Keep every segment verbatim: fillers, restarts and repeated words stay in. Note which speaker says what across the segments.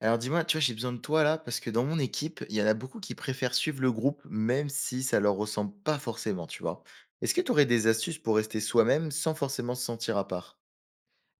Speaker 1: Alors dis-moi, tu vois, j'ai besoin de toi là, parce que dans mon équipe, il y en a beaucoup qui préfèrent suivre le groupe, même si ça leur ressemble pas forcément, tu vois. Est-ce que tu aurais des astuces pour rester soi-même sans forcément se sentir à part?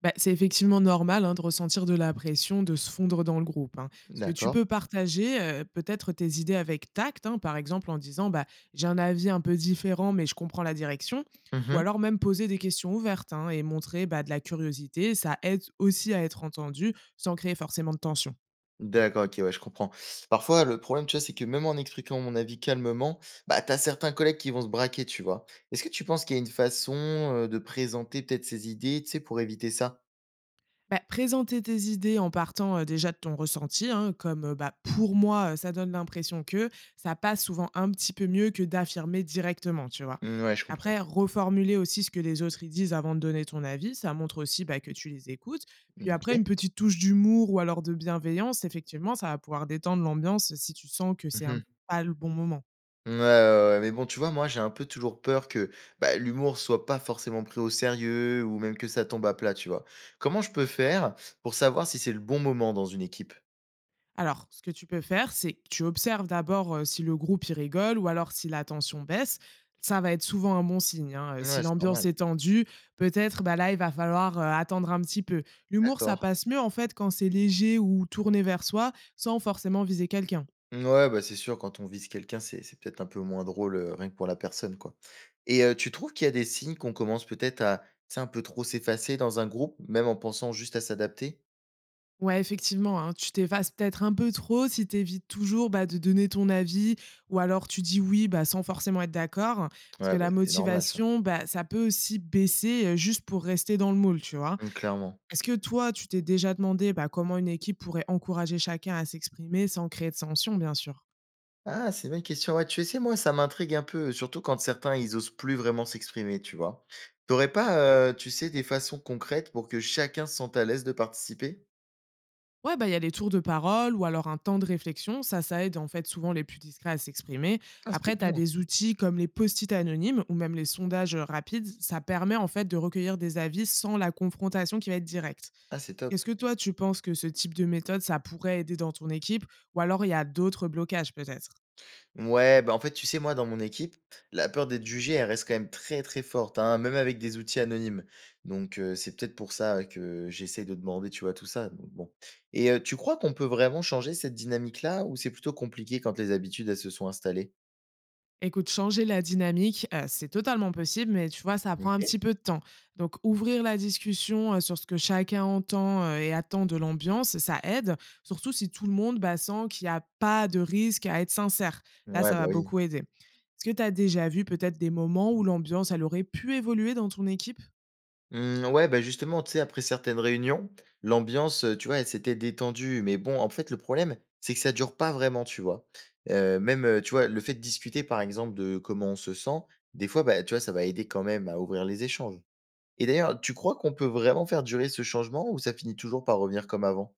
Speaker 2: Bah, c'est effectivement normal, hein, de ressentir de la pression, de se fondre dans le groupe, hein. Parce que tu
Speaker 1: D'accord.
Speaker 2: peux partager euh, peut-être tes idées avec tact, hein, par exemple en disant bah, j'ai un avis un peu différent, mais je comprends la direction. Ou
Speaker 1: Mhm.
Speaker 2: alors même poser des questions ouvertes, hein, et montrer bah, de la curiosité. Ça aide aussi à être entendu sans créer forcément de tension.
Speaker 1: D'accord, ok, ouais, je comprends. Parfois, le problème, tu vois, c'est que même en expliquant mon avis calmement, bah, t'as certains collègues qui vont se braquer, tu vois. Est-ce que tu penses qu'il y a une façon euh, de présenter peut-être ses idées, tu sais, pour éviter ça?
Speaker 2: Bah, présenter tes idées en partant heu, déjà de ton ressenti, hein, comme, heu, bah, pour moi, heu, ça donne l'impression que ça passe souvent un petit peu mieux que d'affirmer directement, tu vois?
Speaker 1: Mm, ouais, je comprends.
Speaker 2: Après, reformuler aussi ce que les autres ils disent avant de donner ton avis, ça montre aussi, bah, que tu les écoutes. Puis après,
Speaker 1: Ok.
Speaker 2: une petite touche d'humour ou alors de bienveillance, effectivement, ça va pouvoir détendre l'ambiance si tu sens que c'est un pas le bon moment.
Speaker 1: Ouais, ouais, ouais, mais bon, tu vois, moi, j'ai un peu toujours peur que bah, l'humour soit pas forcément pris au sérieux ou même que ça tombe à plat, tu vois. Comment je peux faire pour savoir si c'est le bon moment dans une équipe?
Speaker 2: Alors, ce que tu peux faire, c'est que tu observes d'abord euh, si le groupe y rigole ou alors si la tension baisse. Ça va être souvent un bon signe, hein. Euh, Si
Speaker 1: Ouais, c'est
Speaker 2: l'ambiance
Speaker 1: normal.
Speaker 2: est tendue, peut-être bah là, il va falloir euh, attendre un petit peu. L'humour, ça
Speaker 1: D'accord.
Speaker 2: passe mieux en fait quand c'est léger ou tourné vers soi, sans forcément viser quelqu'un.
Speaker 1: Ouais, bah c'est sûr, quand on vise quelqu'un, c'est c'est peut-être un peu moins drôle, euh, rien que pour la personne, quoi. Et euh, tu trouves qu'il y a des signes qu'on commence peut-être à, tu sais, un peu trop s'effacer dans un groupe, même en pensant juste à s'adapter?
Speaker 2: Ouais, effectivement, hein, tu t'effaces peut-être un peu trop si tu évites toujours bah, de donner ton avis ou alors tu dis oui bah, sans forcément être d'accord. Parce
Speaker 1: Ouais,
Speaker 2: que
Speaker 1: bah
Speaker 2: la
Speaker 1: c'est normal, ça.
Speaker 2: motivation, bah, ça peut aussi baisser euh, juste pour rester dans le moule, tu vois.
Speaker 1: Mm, clairement.
Speaker 2: Est-ce que toi, tu t'es déjà demandé, bah, comment une équipe pourrait encourager chacun à s'exprimer sans créer de tension, bien sûr?
Speaker 1: Ah, c'est une bonne question. Ouais, tu sais, moi, ça m'intrigue un peu, surtout quand certains, ils osent plus vraiment s'exprimer, tu vois. T'aurais pas, euh, tu sais, des façons concrètes pour que chacun se sente à l'aise de participer?
Speaker 2: Ouais, bah, il y a les tours de parole ou alors un temps de réflexion. Ça, ça aide en fait souvent les plus discrets à s'exprimer.
Speaker 1: Ah, ça peut être
Speaker 2: Après, tu
Speaker 1: bien.
Speaker 2: as des outils comme les post-it anonymes ou même les sondages euh, rapides. Ça permet en fait de recueillir des avis sans la confrontation qui va être directe.
Speaker 1: Ah, c'est top.
Speaker 2: Est-ce que toi, tu penses que ce type de méthode, ça pourrait aider dans ton équipe ou alors il y a d'autres blocages peut-être?
Speaker 1: Ouais, bah en fait, tu sais, moi, dans mon équipe, la peur d'être jugé, elle reste quand même très, très forte, hein, même avec des outils anonymes. Donc, euh, c'est peut-être pour ça que j'essaye de demander, tu vois, tout ça. Donc, bon. Et euh, tu crois qu'on peut vraiment changer cette dynamique-là, ou c'est plutôt compliqué quand les habitudes, elles se sont installées?
Speaker 2: Écoute, changer la dynamique, heu, c'est totalement possible, mais tu vois, ça prend un petit
Speaker 1: Ok.
Speaker 2: peu de temps. Donc ouvrir la discussion, heu, sur ce que chacun entend, heu et attend de l'ambiance, ça aide, surtout si tout le monde, bah, sent qu'il n'y a pas de risque à être sincère. Là,
Speaker 1: Ouais,
Speaker 2: ça
Speaker 1: bah
Speaker 2: va
Speaker 1: oui.
Speaker 2: beaucoup aider. Est-ce que tu as déjà vu peut-être des moments où l'ambiance, elle aurait pu évoluer dans ton équipe?
Speaker 1: Mmh, ouais, bah, justement, tu sais, après certaines réunions, l'ambiance, heu, tu vois, elle s'était détendue. Mais bon, en fait, le problème, c'est que ça dure pas vraiment, tu vois? Heu, même, heu, tu vois, le fait de discuter, par exemple, de comment on se sent, des fois, bah, tu vois, ça va aider quand même à ouvrir les échanges. Et d'ailleurs, tu crois qu'on peut vraiment faire durer ce changement ou ça finit toujours par revenir comme avant?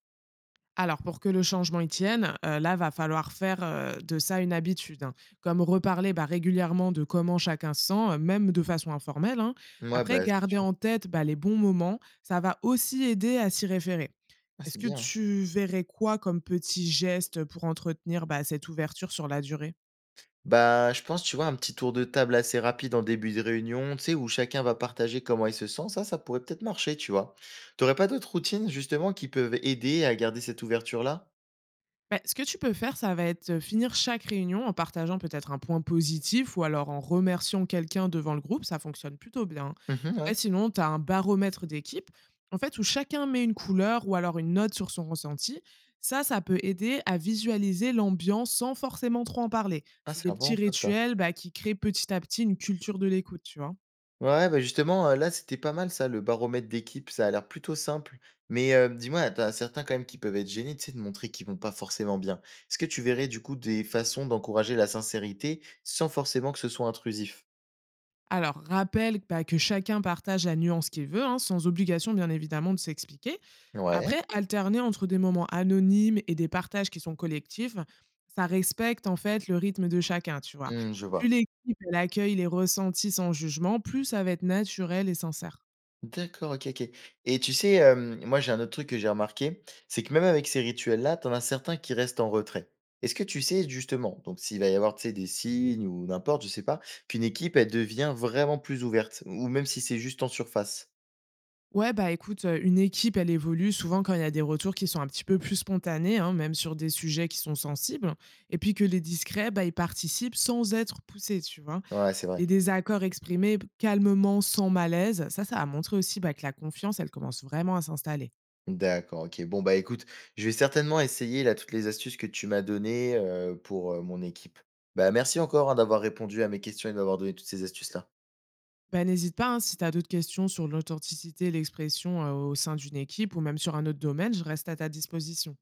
Speaker 2: Alors, pour que le changement y tienne, heu, là, va falloir faire, heu, de ça une habitude, hein, comme reparler, bah, régulièrement de comment chacun se sent, heu, même de façon informelle, hein.
Speaker 1: Mouais, bah,
Speaker 2: Après,
Speaker 1: c'est
Speaker 2: garder
Speaker 1: sûr.
Speaker 2: en tête, bah, les bons moments, ça va aussi aider à s'y référer.
Speaker 1: Ah,
Speaker 2: Est-ce
Speaker 1: c'est
Speaker 2: que
Speaker 1: bien, hein.
Speaker 2: tu verrais quoi comme petit geste pour entretenir, bah, cette ouverture sur la durée?
Speaker 1: Bah, je pense, tu vois, un petit tour de table assez rapide en début de réunion, tu sais, où chacun va partager comment il se sent, ça, ça pourrait peut-être marcher, tu vois. T'aurais pas d'autres routines, justement, qui peuvent aider à garder cette ouverture-là?
Speaker 2: Bah, ce que tu peux faire, ça va être euh, finir chaque réunion en partageant peut-être un point positif ou alors en remerciant quelqu'un devant le groupe, ça fonctionne plutôt bien.
Speaker 1: Mhm, ouais.
Speaker 2: Après, sinon, tu as un baromètre d'équipe, en fait, où chacun met une couleur ou alors une note sur son ressenti. Ça, ça peut aider à visualiser l'ambiance sans forcément trop en parler.
Speaker 1: Ah,
Speaker 2: C'est
Speaker 1: c'est
Speaker 2: des petits
Speaker 1: vraiment top, ça.
Speaker 2: rituels bah, qui créent petit à petit une culture de l'écoute, tu vois.
Speaker 1: Ouais, bah justement, euh, là, c'était pas mal, ça, le baromètre d'équipe, ça a l'air plutôt simple. Mais euh, dis-moi, t'as certains quand même qui peuvent être gênés, tu sais, de montrer qu'ils vont pas forcément bien. Est-ce que tu verrais, du coup, des façons d'encourager la sincérité sans forcément que ce soit intrusif?
Speaker 2: Alors, rappelle bah, que chacun partage la nuance qu'il veut, hein, sans obligation bien évidemment de s'expliquer.
Speaker 1: Ouais.
Speaker 2: Après, ok, alterner entre des moments anonymes et des partages qui sont collectifs, ça respecte en fait le rythme de chacun, tu vois.
Speaker 1: Hmm, je vois.
Speaker 2: Plus l'équipe elle accueille les ressentis sans jugement, plus ça va être naturel et sincère.
Speaker 1: D'accord, OK, OK. Et tu sais, hem, moi, j'ai un autre truc que j'ai remarqué, c'est que même avec ces rituels-là, t'en as certains qui restent en retrait. Est-ce que tu sais justement, donc s'il va y avoir, tu sais, des signes ou n'importe, je sais pas, qu'une équipe, elle devient vraiment plus ouverte ou même si c'est juste en surface?
Speaker 2: Ouais, bah écoute, euh, une équipe, elle évolue souvent quand il y a des retours qui sont un petit peu plus spontanés, hein, même sur des sujets qui sont sensibles, et puis que les discrets, bah, ils participent sans être poussés, tu vois.
Speaker 1: Ouais, c'est vrai.
Speaker 2: Les désaccords exprimés calmement, sans malaise, ça, ça a montré aussi bah, que la confiance, elle commence vraiment à s'installer.
Speaker 1: D'accord, OK. Bon, bah, écoute, je vais certainement essayer là toutes les astuces que tu m'as données, heu, pour, heu, mon équipe. Bah, merci encore, hein, d'avoir répondu à mes questions et de m'avoir donné toutes ces astuces-là.
Speaker 2: Bah, n'hésite pas, hein, si tu as d'autres questions sur l'authenticité, l'expression euh, au sein d'une équipe ou même sur un autre domaine, je reste à ta disposition.